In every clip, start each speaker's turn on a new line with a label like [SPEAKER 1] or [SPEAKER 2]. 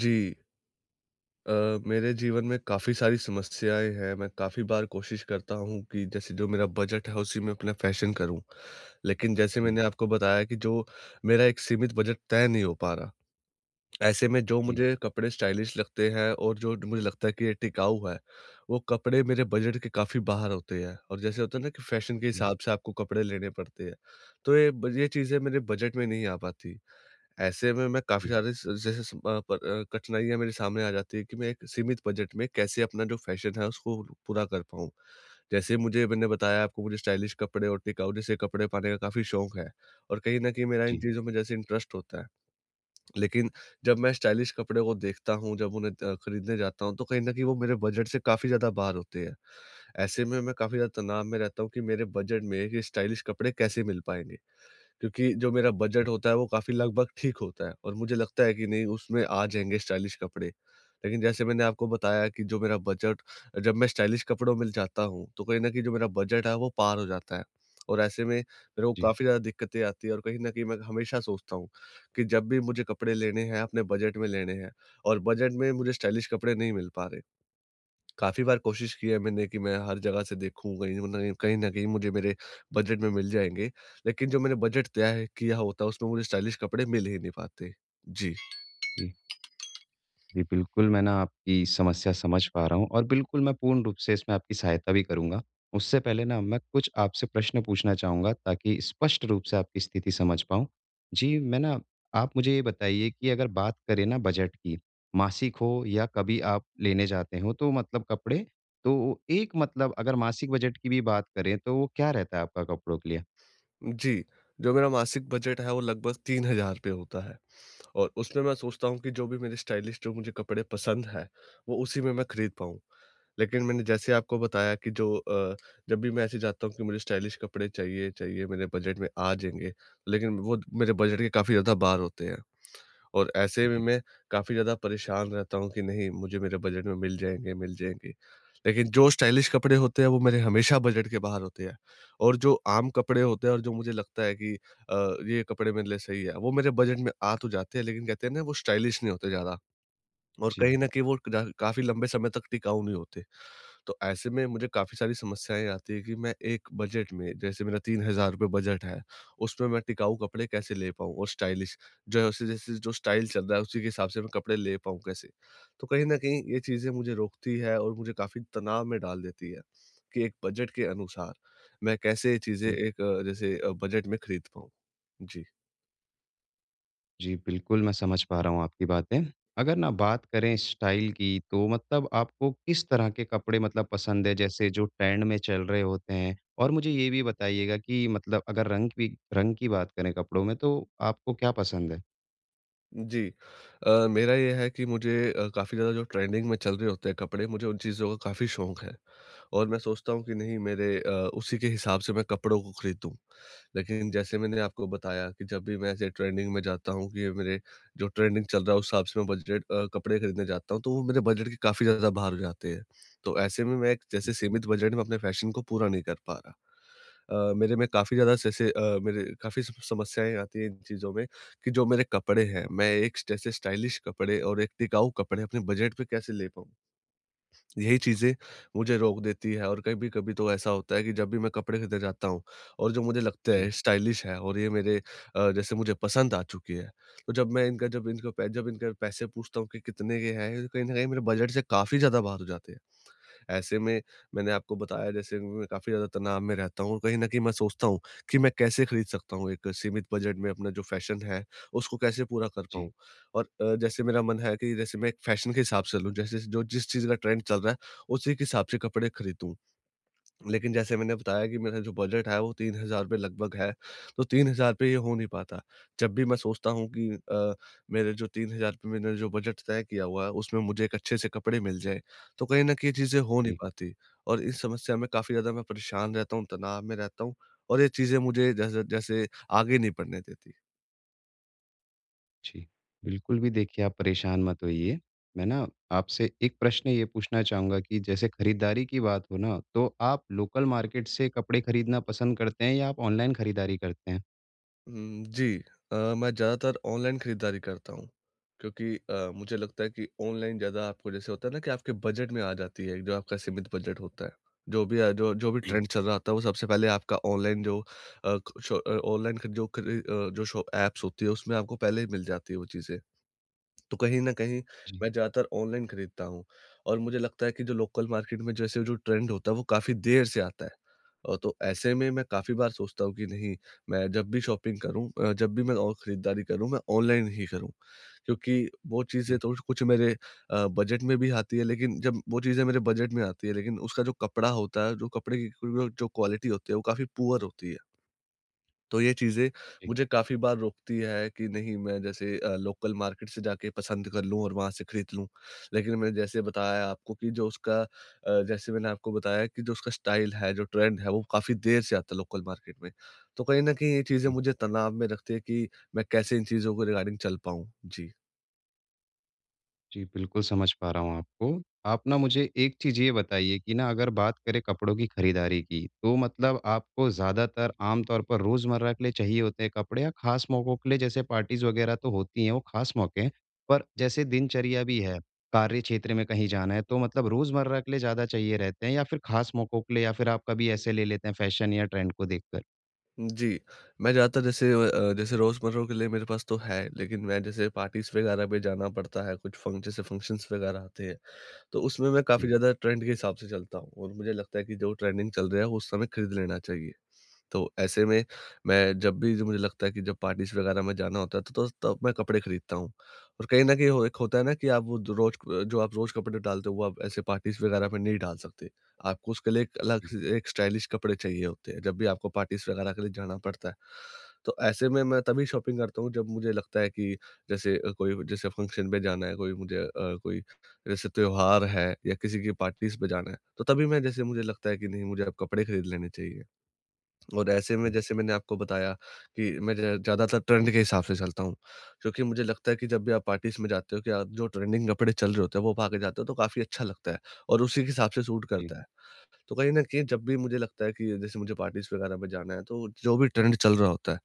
[SPEAKER 1] जी। अ, मेरे जीवन में काफ़ी सारी समस्याएँ हैं। मैं काफ़ी बार कोशिश करता हूँ कि जैसे जो मेरा बजट है उसी में अपना फैशन करूँ। लेकिन जैसे
[SPEAKER 2] जी,
[SPEAKER 1] मैंने आपको बताया कि जो मेरा एक सीमित बजट तय नहीं हो पा रहा। ऐसे में जो
[SPEAKER 2] जी,
[SPEAKER 1] मुझे कपड़े स्टाइलिश लगते हैं और जो मुझे लगता है कि ये टिकाऊ है, वो कपड़े मेरे बजट के काफ़ी बाहर होते हैं। और जैसे होता है ना कि फैशन के
[SPEAKER 2] जी,
[SPEAKER 1] हिसाब से आपको कपड़े लेने पड़ते हैं। तो ये चीज़ें मेरे बजट में नहीं आ पाती। ऐसे में मैं काफ़ी
[SPEAKER 2] जी,
[SPEAKER 1] सारे स जैसे स अ, प अ, कठिनाइयाँ मेरे सामने आ जाती है कि मैं एक सीमित बजट में कैसे अपना जो फ़ैशन है उसको पूरा कर पाऊँ। जैसे मुझे मैंने बताया आपको मुझे स्टाइलिश कपड़े और टिकाऊ जैसे कपड़े पाने का काफ़ी शौक है, और कहीं न कहीं मेरा इन
[SPEAKER 2] जी,
[SPEAKER 1] चीज़ों में जैसे इंटरेस्ट होता है। लेकिन जब मैं स्टाइलिश कपड़े को देखता हूँ, जब उन्हें खरीदने जाता हूँ तो कहीं न कहीं वो मेरे बजट से काफ़ी ज़्यादा बाहर होते हैं। ऐसे में मैं काफ़ी ज़्यादा तनाव में रहता हूँ कि मेरे बजट में ये स्टाइलिश कपड़े कैसे मिल पाएँगे। क्योंकि जो मेरा बजट होता है वो काफ़ी लगभग ठीक होता है, और मुझे लगता है कि नहीं उसमें आ जाएँगे स्टाइलिश कपड़े। लेकिन जैसे मैंने आपको बताया कि जो मेरा बजट, जब मैं स्टाइलिश कपड़ों में जाता हूँ, तो कहीं न कहीं जो मेरा बजट है वो पार हो जाता है। और ऐसे में मेरे को
[SPEAKER 2] जी,
[SPEAKER 1] काफ़ी ज़्यादा दिक्कतें आती हैं, और कहीं न कहीं मैं हमेशा सोचता हूँ कि जब भी मुझे कपड़े लेने हैं अपने बजट में लेने हैं, और बजट में मुझे स्टाइलिश कपड़े नहीं मिल पा रहे। काफ़ी बार कोशिश की है मैंने कि मैं हर जगह से देखूँ, कहीं न कहीं मुझे मेरे बजट में मिल जाएँगे। लेकिन जो मैंने बजट तय है किया होता है, उसमें मुझे स्टाइलिश कपड़े मिल ही नहीं पाते। जी।
[SPEAKER 2] जी, जी, बिल्कुल, मैं ना आपकी समस्या समझ पा रहा हूँ और बिल्कुल मैं पूर्ण रूप से इसमें आपकी सहायता भी करूँगा। उससे पहले ना मैं कुछ आपसे प्रश्न पूछना चाहूँगा ताकि स्पष्ट रूप से आपकी स्थिति समझ पाऊँ। जी, मैं ना आप मुझे ये बताइए कि अगर बात करें ना बजट की, मासिक हो या कभी आप लेने जाते हो तो मतलब कपड़े, तो एक मतलब अगर मासिक बजट की भी बात करें तो वो क्या रहता है आपका कपड़ों के लिए?
[SPEAKER 1] जी, जो मेरा मासिक बजट है, वो लगभग 3000 पे होता है, और उसमें मैं सोचता हूँ कि जो भी मेरे स्टाइलिश जो मुझे कपड़े पसंद हैं, वो उसी में मैं खरीद पाऊँ। लेकिन मैंने जैसे आपको बताया कि जब भी मैं ऐसे जाता हूँ कि मुझे स्टाइलिश कपड़े चाहिए, मेरे बजट में आ जाएँगे, लेकिन वो मेरे बजट के काफ़ी ज़्यादा बाहर होते हैं। और ऐसे में
[SPEAKER 2] जी,
[SPEAKER 1] मैं काफ़ी ज़्यादा परेशान रहता हूँ कि नहीं मुझे मेरे बजट में मिल जाएँगे। लेकिन जो स्टाइलिश कपड़े होते हैं वो मेरे हमेशा बजट के बाहर होते हैं, और जो आम कपड़े होते हैं और जो मुझे लगता है कि ये कपड़े मेरे लिए सही है, वो मेरे बजट में आ तो जाते हैं लेकिन कहते हैं ना वो स्टाइलिश नहीं होते ज़्यादा, और कहीं
[SPEAKER 2] जी,
[SPEAKER 1] न कहीं वो क काफ़ी लंबे समय तक टिकाऊ नहीं होते। तो ऐसे में मुझे काफ़ी सारी समस्याएँ आती है कि मैं एक बजट में जैसे मेरा ₹3000 बजट है, उसमें मैं टिकाऊ कपड़े कैसे ले पाऊँ, और स्टाइलिश जो है उसे जैसे जो स्टाइल चल रहा है उसी के हिसाब से मैं कपड़े ले पाऊँ कैसे? तो कहीं न कहीं ये चीज़ें मुझे रोकती है और मुझे काफ़ी तनाव में डाल देती है, कि एक बजट के अनुसार मैं कैसे ये चीज़ें
[SPEAKER 2] जी।
[SPEAKER 1] एक बजट में खरीद पाऊँ। जी।
[SPEAKER 2] जी, बिल्कुल, मैं समझ पा रहा हूँ आपकी बातें। अगर ना बात करें स्टाइल की, तो मतलब आपको किस तरह के कपड़े मतलब पसंद है, जैसे जो ट्रेंड में चल रहे होते हैं? और मुझे ये भी बताइएगा कि मतलब अगर रंग की बात करें कपड़ों में, तो आपको क्या पसंद है?
[SPEAKER 1] जी। मेरा ये है कि मुझे काफ़ी ज़्यादा जो ट्रेंडिंग में चल रहे होते हैं कपड़े, मुझे उन चीज़ों का काफ़ी शौक है। और मैं सोचता हूँ कि नहीं उसी के हिसाब से मैं कपड़ों को खरीदूँ। लेकिन जैसे मैंने आपको बताया कि जब भी मैं ऐसे ट्रेंडिंग में जाता हूँ कि ये मेरे जो ट्रेंडिंग चल रहा है उस हिसाब से मैं कपड़े खरीदने जाता हूँ तो वो मेरे बजट के काफ़ी ज़्यादा बाहर हो जाते हैं। तो ऐसे में मैं एक जैसे सीमित बजट में अपने फैशन को पूरा नहीं कर पा रहा। मेरे में काफ़ी ज़्यादा जैसे मेरे काफ़ी सम समस्याएँ आती हैं इन चीज़ों में कि जो मेरे कपड़े हैं मैं एक जैसे स्टाइलिश कपड़े और एक टिकाऊ कपड़े अपने बजट पे कैसे ले पाऊँ? यही चीज़ें मुझे रोक देती है, और कभी-कभी तो ऐसा होता है कि जब भी मैं कपड़े खरीदने जाता हूँ और जो मुझे लगता
[SPEAKER 2] जी,
[SPEAKER 1] है स्टाइलिश है और ये मेरे जैसे मुझे पसंद आ चुकी है, तो जब मैं इनका जब इनको पै जब इनके पैसे पूछता हूँ कि कितने के हैं, ये कहीं न कहीं मेरे बजट से काफ़ी ज़्यादा बाहर हो जाते हैं। ऐसे में मैंने आपको बताया जैसे मैं काफ़ी ज़्यादा तनाव में रहता हूँ, और कहीं न कहीं मैं सोचता हूँ कि मैं कैसे खरीद सकता हूँ एक सीमित बजट में अपना जो फ़ैशन है, उसको कैसे पूरा कर
[SPEAKER 2] जी,
[SPEAKER 1] पाऊँ? और जैसे मेरा मन है कि जैसे मैं एक फ़ैशन के हिसाब से लूँ, जैसे जो जिस चीज़ का ट्रेंड चल रहा है, उसी के हिसाब से कपड़े खरीदूँ। लेकिन जैसे मैंने बताया कि मेरा जो बजट है वो ₹3000 लगभग है, तो 3000 पे ये हो नहीं पाता। जब भी मैं सोचता हूँ कि मेरे जो 3000 पे मैंने जो बजट तय किया हुआ है, उसमें मुझे एक अच्छे से कपड़े मिल जाएँ, तो कहीं न कहीं ये चीज़ें हो नहीं
[SPEAKER 2] जी,
[SPEAKER 1] पाती, और इस समस्या में काफ़ी ज़्यादा मैं परेशान रहता हूँ, तनाव में रहता हूँ, और ये चीज़ें मुझे जैसे जैसे आगे नहीं बढ़ने देती।
[SPEAKER 2] जी। बिल्कुल भी देखिए, आप परेशान मत होइए। मैं ना आपसे एक प्रश्न ये पूछना चाहूँगा कि जैसे खरीदारी की बात हो ना, तो आप लोकल मार्केट से कपड़े खरीदना पसंद करते हैं या आप ऑनलाइन खरीदारी करते हैं?
[SPEAKER 1] हुँ, जी। मैं ज़्यादातर ऑनलाइन खरीदारी करता हूँ, क्योंकि मुझे लगता है कि ऑनलाइन ज़्यादा आपको जैसे होता है ना कि आपके बजट में आ जाती है, जो आपका सीमित बजट होता है। जो भी है जो जो भी
[SPEAKER 2] जी,
[SPEAKER 1] ट्रेंड चल रहा होता है, वो सबसे पहले आपका ऑनलाइन जो ऑनलाइन ख जो खरी अ, जो शो ऐप्स होती है, उसमें आपको पहले ही मिल जाती है वो चीज़ें। तो कहीं न कहीं
[SPEAKER 2] जी,
[SPEAKER 1] मैं ज़्यादातर ऑनलाइन खरीदता हूँ, और मुझे लगता है कि जो लोकल मार्केट में जैसे जो ट्रेंड होता है वो काफ़ी देर से आता है। तो ऐसे में मैं काफ़ी बार सोचता हूँ कि नहीं मैं जब भी शॉपिंग करूँ जब भी मैं और खरीदारी करूँ मैं ऑनलाइन ही करूँ। क्योंकि वो
[SPEAKER 2] जी।
[SPEAKER 1] चीज़ें तो कुछ मेरे बजट में भी आती है, लेकिन जब वो चीज़ें मेरे बजट में आती है लेकिन उसका जो कपड़ा होता है, जो कपड़े की जो क्वालिटी होती है वो काफ़ी पुअर होती है। तो ये चीज़ें मुझे काफ़ी बार रोकती है कि नहीं मैं जैसे लोकल मार्केट से जाके पसंद कर लूँ और वहाँ से खरीद लूँ। लेकिन मैंने जैसे बताया आपको कि जैसे मैंने आपको बताया कि जो उसका स्टाइल है, जो ट्रेंड है वो काफ़ी देर से आता है लोकल मार्केट में। तो कहीं न कहीं ये चीज़ें
[SPEAKER 2] जी,
[SPEAKER 1] मुझे तनाव में रखती है कि मैं कैसे इन चीज़ों के रिगार्डिंग चल पाऊँ? जी।
[SPEAKER 2] जी, बिल्कुल समझ पा रहा हूँ आपको। आप ना मुझे एक चीज़ ये बताइए कि ना अगर बात करें कपड़ों की खरीदारी की, तो मतलब आपको ज़्यादातर आम तौर पर रोज़मर्रा के लिए चाहिए होते हैं कपड़े या ख़ास मौकों के लिए जैसे पार्टीज़ वग़ैरह तो होती हैं, वो ख़ास मौके हैं। पर जैसे दिनचर्या भी है, कार्य क्षेत्र में कहीं जाना है, तो मतलब रोज़मर्रा के लिए ज़्यादा चाहिए रहते हैं या फिर ख़ास मौकों के लिए या फिर आप कभी ऐसे ले लेते हैं फ़ैशन या ट्रेंड को देखकर?
[SPEAKER 1] जी, मैं ज़्यादातर जैसे जैसे रोज़मर्रा के लिए मेरे पास तो है, लेकिन मैं जैसे पार्टीज़ वगैरह में जाना पड़ता है, कुछ फंक जैसे फंक्शन्स वगैरह आते हैं। तो उसमें मैं काफ़ी
[SPEAKER 2] जी,
[SPEAKER 1] ज़्यादा ट्रेंड के हिसाब से चलता हूँ, और मुझे लगता है कि जो ट्रेंडिंग चल रहा है, उस समय खरीद लेना चाहिए। तो ऐसे में मैं जब भी जो मुझे लगता है कि जब पार्टीज़ वगैरह में जाना होता है तो तब मैं कपड़े खरीदता हूँ। और कहीं न कहीं हो एक होता है ना कि आप वो जो आप रोज़ कपड़े डालते हो वो आप ऐसे पार्टीज़ वगैरह में नहीं डाल सकते। आपको उसके लिए एक अलग
[SPEAKER 2] जी,
[SPEAKER 1] से एक स्टाइलिश कपड़े चाहिए होते हैं, जब भी आपको पार्टीज़ वगैरह के लिए जाना पड़ता है। तो ऐसे में मैं तभी शॉपिंग करता हूँ जब मुझे लगता है कि जैसे कोई जैसे फंक्शन पे जाना है, कोई कोई जैसे त्योहार है या किसी की पार्टीज़ पे जाना है, तो तभी मैं जैसे मुझे लगता है कि नहीं मुझे अब कपड़े खरीद लेने चाहिए। और ऐसे में
[SPEAKER 2] जी,
[SPEAKER 1] जैसे मैंने आपको बताया कि मैं ज़्यादातर ट्रेंड के हिसाब से चलता हूँ। क्योंकि मुझे लगता है कि जब भी आप पार्टीज़ में जाते हो कि आप जो ट्रेंडिंग कपड़े चल रहे होते हैं वो पा के जाते हो तो काफ़ी अच्छा लगता है, और उसी के हिसाब से सूट
[SPEAKER 2] जी।
[SPEAKER 1] करता है। तो कहीं न कहीं जब भी मुझे लगता है कि जैसे मुझे पार्टीज़ वगैरह में जाना है तो जो भी ट्रेंड चल रहा होता है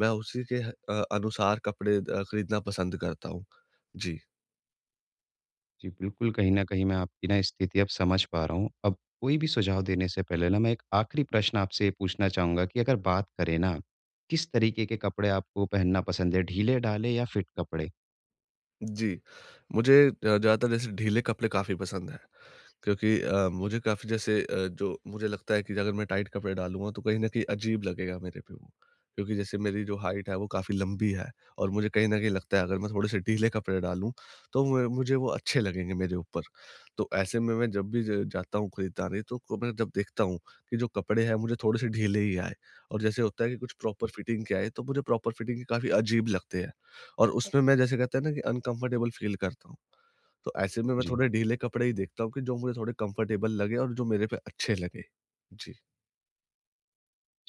[SPEAKER 1] मैं उसी के अनुसार कपड़े खरीदना पसंद करता हूँ। जी।
[SPEAKER 2] जी, बिल्कुल, कहीं न कहीं मैं आपकी ना स्थिति अब समझ पा रहा हूँ। अब कोई भी सुझाव देने से पहले ना मैं एक आखिरी प्रश्न आपसे ये पूछना चाहूँगा कि अगर बात करें ना, किस तरीके के कपड़े आपको पहनना पसंद है, ढीले-ढाले या फिट कपड़े?
[SPEAKER 1] जी, मुझे ज़्यादातर जैसे ढीले कपड़े काफ़ी पसंद हैं, क्योंकि मुझे काफ़ी जैसे जो मुझे लगता है कि अगर मैं टाइट कपड़े डालूँगा तो कहीं न कहीं अजीब लगेगा मेरे पे वो। क्योंकि जैसे मेरी जो हाइट है वो काफ़ी लंबी है, और मुझे कहीं न कहीं लगता है अगर मैं थोड़े से ढीले कपड़े डालूँ तो म मुझे वो अच्छे लगेंगे मेरे ऊपर। तो ऐसे में मैं जब भी ज जाता हूँ खरीदारी तो को मैं जब देखता हूँ कि जो कपड़े हैं मुझे थोड़े से ढीले ही आए, और जैसे होता है कि कुछ प्रॉपर फिटिंग के आए तो मुझे प्रॉपर फिटिंग के काफ़ी अजीब लगते हैं। और उसमें मैं जैसे कहते हैं ना कि अनकंफर्टेबल फ़ील करता हूँ। तो ऐसे में मैं
[SPEAKER 2] जी।
[SPEAKER 1] थोड़े ढीले कपड़े ही देखता हूँ कि जो मुझे थोड़े कंफर्टेबल लगे और जो मेरे पे अच्छे लगे। जी।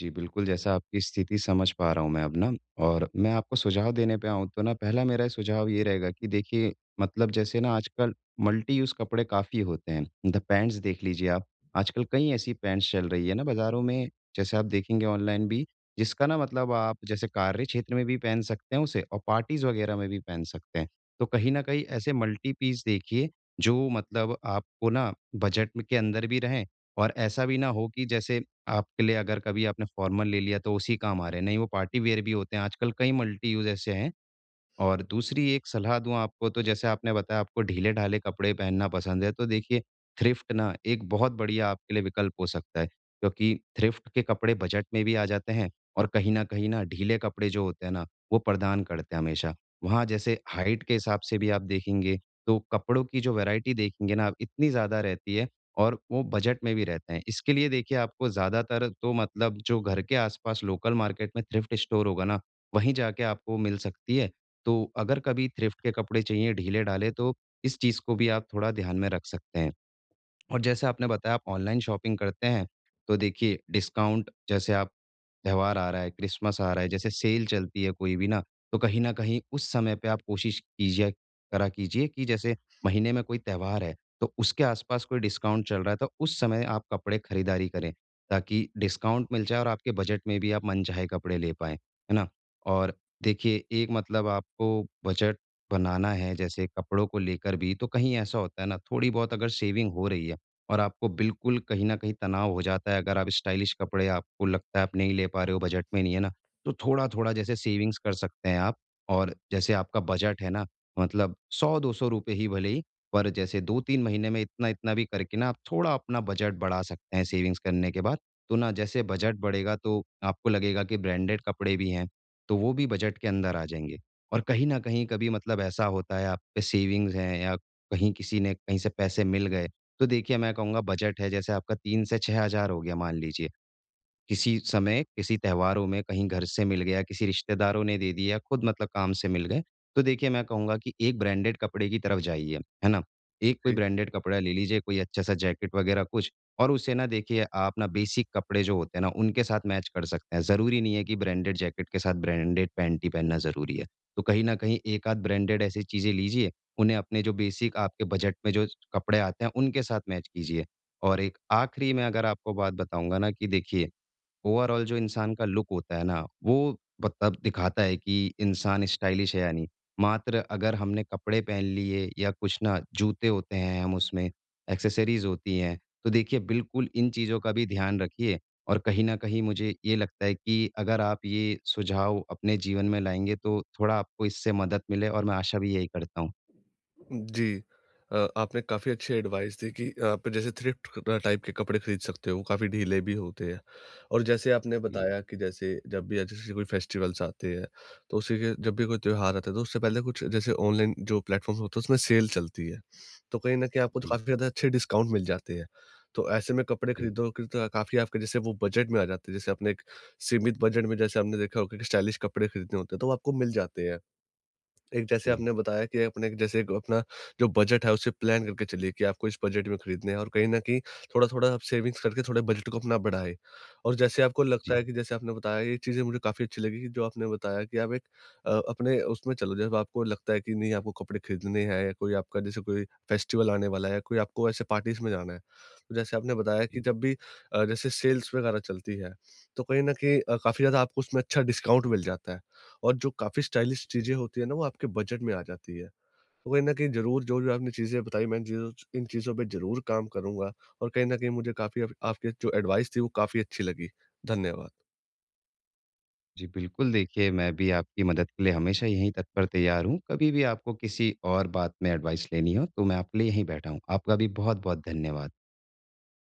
[SPEAKER 2] जी, बिल्कुल, जैसा आपकी स्थिति समझ पा रहा हूँ मैं अब ना और मैं आपको सुझाव देने पे आऊँ तो ना पहला मेरा सुझाव ये रहेगा कि देखिए मतलब जैसे ना आजकल मल्टी यूज़ कपड़े काफ़ी होते हैं। द पैंट्स देख लीजिए आप, आजकल कई ऐसी पैंट्स चल रही है ना बाज़ारों में, जैसे आप देखेंगे ऑनलाइन भी, जिसका ना मतलब आप जैसे कार्य क्षेत्र में भी पहन सकते हैं उसे और पार्टीज़ वग़ैरह में भी पहन सकते हैं। तो कहीं न कहीं ऐसे मल्टी पीस देखिए जो मतलब आपको ना बजट में के अंदर भी रहें और ऐसा भी ना हो कि जैसे आपके लिए अगर कभी आपने फॉर्मल ले लिया तो उसी काम आ रहे हैं। नहीं वो पार्टी वियर भी होते हैं, आजकल कई मल्टी यूज़ ऐसे हैं, और दूसरी एक सलाह दूँ आपको तो जैसे आपने बताया आपको ढीले-ढाले कपड़े पहनना पसंद है, तो देखिए थ्रिफ्ट ना एक बहुत बढ़िया आपके लिए विकल्प हो सकता है, क्योंकि थ्रिफ्ट के कपड़े बजट में भी आ जाते हैं और कहीं न कहीं ना ढीले कपड़े जो होते हैं ना, वो प्रदान करते हैं हमेशा। वहाँ जैसे हाइट के हिसाब से भी आप देखेंगे, तो कपड़ों की जो वैराइटी देखेंगे ना आप इतनी ज़्यादा रहती है और वो बजट में भी रहते हैं। इसके लिए देखिए आपको ज़्यादातर तो मतलब जो घर के आस-पास लोकल मार्केट में थ्रिफ्ट स्टोर होगा ना, वहीं जाके आपको मिल सकती है। तो अगर कभी थ्रिफ्ट के कपड़े चाहिए, ढीले-ढाले, तो इस चीज़ को भी आप थोड़ा ध्यान में रख सकते हैं। और जैसे आपने बताया आप ऑनलाइन शॉपिंग करते हैं, तो देखिए डिस्काउंट जैसे आप त्योहार आ रहा है, क्रिसमस आ रहा है, जैसे सेल चलती है कोई भी ना, तो कहीं न कहीं उस समय पे आप कोशिश कीजिए करा कीजिए कि जैसे महीने में कोई त्योहार है, तो उसके आस-पास कोई डिस्काउंट चल रहा है, तो उस समय आप कपड़े खरीदारी करें, ताकि डिस्काउंट मिल जाए और आपके बजट में भी आप मनचाहे कपड़े ले पाएँ, है ना? और देखिए एक मतलब आपको बजट बनाना है जैसे कपड़ों को लेकर भी, तो कहीं ऐसा होता है ना थोड़ी बहुत अगर सेविंग हो रही है और आपको बिल्कुल कहीं न कहीं तनाव हो जाता है अगर आप स्टाइलिश कपड़े आपको लगता है आप नहीं ले पा रहे हो, बजट में नहीं है ना, तो थोड़ा-थोड़ा जैसे सेविंग्स कर सकते हैं आप और जैसे आपका बजट है ना, मतलब 100-200 रुपए ही भले ही, पर जैसे 2-3 महीने में इतना-इतना भी करके ना आप थोड़ा अपना बजट बढ़ा सकते हैं सेविंग्स करने के बाद। तो ना जैसे बजट बढ़ेगा तो आपको लगेगा कि ब्रांडेड कपड़े भी हैं, तो वो भी बजट के अंदर आ जाएँगे। और कहीं न कहीं कभी मतलब ऐसा होता है आप पे सेविंग्स हैं या कहीं किसी ने कहीं से पैसे मिल गए तो देखिए, मैं कहूँगा बजट है जैसे आपका 3 से 6 हज़ार हो गया मान लीजिए। किसी समय, किसी त्योहारों में कहीं घर से मिल गया, किसी रिश्तेदारों ने दे दिया, खुद मतलब काम से मिल गए। तो देखिए मैं कहूँगा कि एक ब्रांडेड कपड़े की तरफ जाइए, है ना? एक कोई ब्रांडेड कपड़ा ले लीजिए, कोई अच्छा-सा जैकेट वगैरह कुछ और उसे ना देखिए आप ना बेसिक कपड़े जो होते हैं ना, उनके साथ मैच कर सकते हैं। ज़रूरी नहीं है कि ब्रांडेड जैकेट के साथ ब्रांडेड पैंट ही पहनना ज़रूरी है। तो कहीं न कहीं एक-आध ब्रांडेड ऐसी चीज़ें लीजिए, उन्हें अपने जो बेसिक आपके बजट में जो कपड़े आते हैं, उनके साथ मैच कीजिए। और एक आखिरी में अगर आपको बात बताऊँगा ना कि देखिए ओवरऑल जो इंसान का लुक होता है ना, वो मतलब दिखाता है कि इंसान स्टाइलिश है या नहीं। मात्र अगर हमने कपड़े पहन लिए या कुछ ना जूते होते हैं हम उसमें, एक्सेसरीज़ होती हैं, तो देखिए बिल्कुल इन चीज़ों का भी ध्यान रखिए और कहीं न कहीं मुझे ये लगता है कि अगर आप ये सुझाव अपने जीवन में लाएँगे तो थोड़ा आपको इससे मदद मिले और मैं आशा भी यही करता हूँ।
[SPEAKER 1] जी। आपने काफ़ी अच्छी एडवाइस दी कि आप जैसे थ्रिफ्ट क टाइप के कपड़े खरीद सकते हो, काफ़ी ढीले भी होते हैं। और जैसे आपने
[SPEAKER 2] जी,
[SPEAKER 1] बताया कि जैसे जब भी जैसे कोई फेस्टिवल्स आते हैं, तो उसी के जब भी कोई त्योहार आता है, तो उससे पहले कुछ जैसे ऑनलाइन जो प्लेटफ़ॉर्म्स होते हैं, उसमें सेल चलती है। तो कहीं न कहीं आपको तो
[SPEAKER 2] जी,
[SPEAKER 1] काफ़ी ज़्यादा अच्छे डिस्काउंट मिल जाते हैं। तो ऐसे में कपड़े
[SPEAKER 2] जी,
[SPEAKER 1] खरीदोगे तो काफ़ी आपके जैसे वो बजट में आ जाते हैं। जैसे आपने एक सीमित बजट में जैसे आपने देखा होगा कि स्टाइलिश कपड़े खरीदने होते हैं, तो वो आपको मिल जाते हैं। एक जैसे
[SPEAKER 2] जी,
[SPEAKER 1] आपने बताया कि अपने एक जैसे एक अपना जो बजट है उसे प्लान करके चलिए कि आपको इस बजट में खरीदने हैं, और कहीं न कहीं थोड़ा-थोड़ा आप सेविंग्स करके थोड़े बजट को अपना बढ़ाएँ। और जैसे आपको
[SPEAKER 2] जी,
[SPEAKER 1] लगता
[SPEAKER 2] जी।
[SPEAKER 1] है कि जैसे आपने बताया ये चीज़ें मुझे काफ़ी अच्छी लगी, कि जो आपने बताया कि आप एक अपने उसमें चलो जब आपको लगता है कि नहीं आपको कपड़े खरीदने हैं या कोई आपका जैसे कोई फेस्टिवल आने वाला है, कोई आपको ऐसे पार्टीज़ में जाना है। तो जैसे आपने बताया कि जब भी जैसे सेल्स वगैरह चलती है, तो कहीं न कहीं काफ़ी ज़्यादा आपको उसमें अच्छा डिस्काउंट मिल जाता है। और जो काफ़ी स्टाइलिश चीज़ें होती है ना, वो आपके बजट में आ जाती है। तो कहीं न कहीं ज़रूर जो जो आपने चीज़ें बताई मैं इन चीज़ों पे ज़रूर काम करूँगा, और कहीं न कहीं मुझे काफ़ी आप आपकी जो एडवाइस थी वो काफ़ी अच्छी लगी। धन्यवाद।
[SPEAKER 2] जी, बिल्कुल देखिए, मैं भी आपकी मदद के लिए हमेशा यहीं तत्पर तैयार हूँ। कभी भी आपको किसी और बात में एडवाइस लेनी हो, तो मैं आपके लिए यहीं बैठा हूँ। आपका भी बहुत-बहुत धन्यवाद।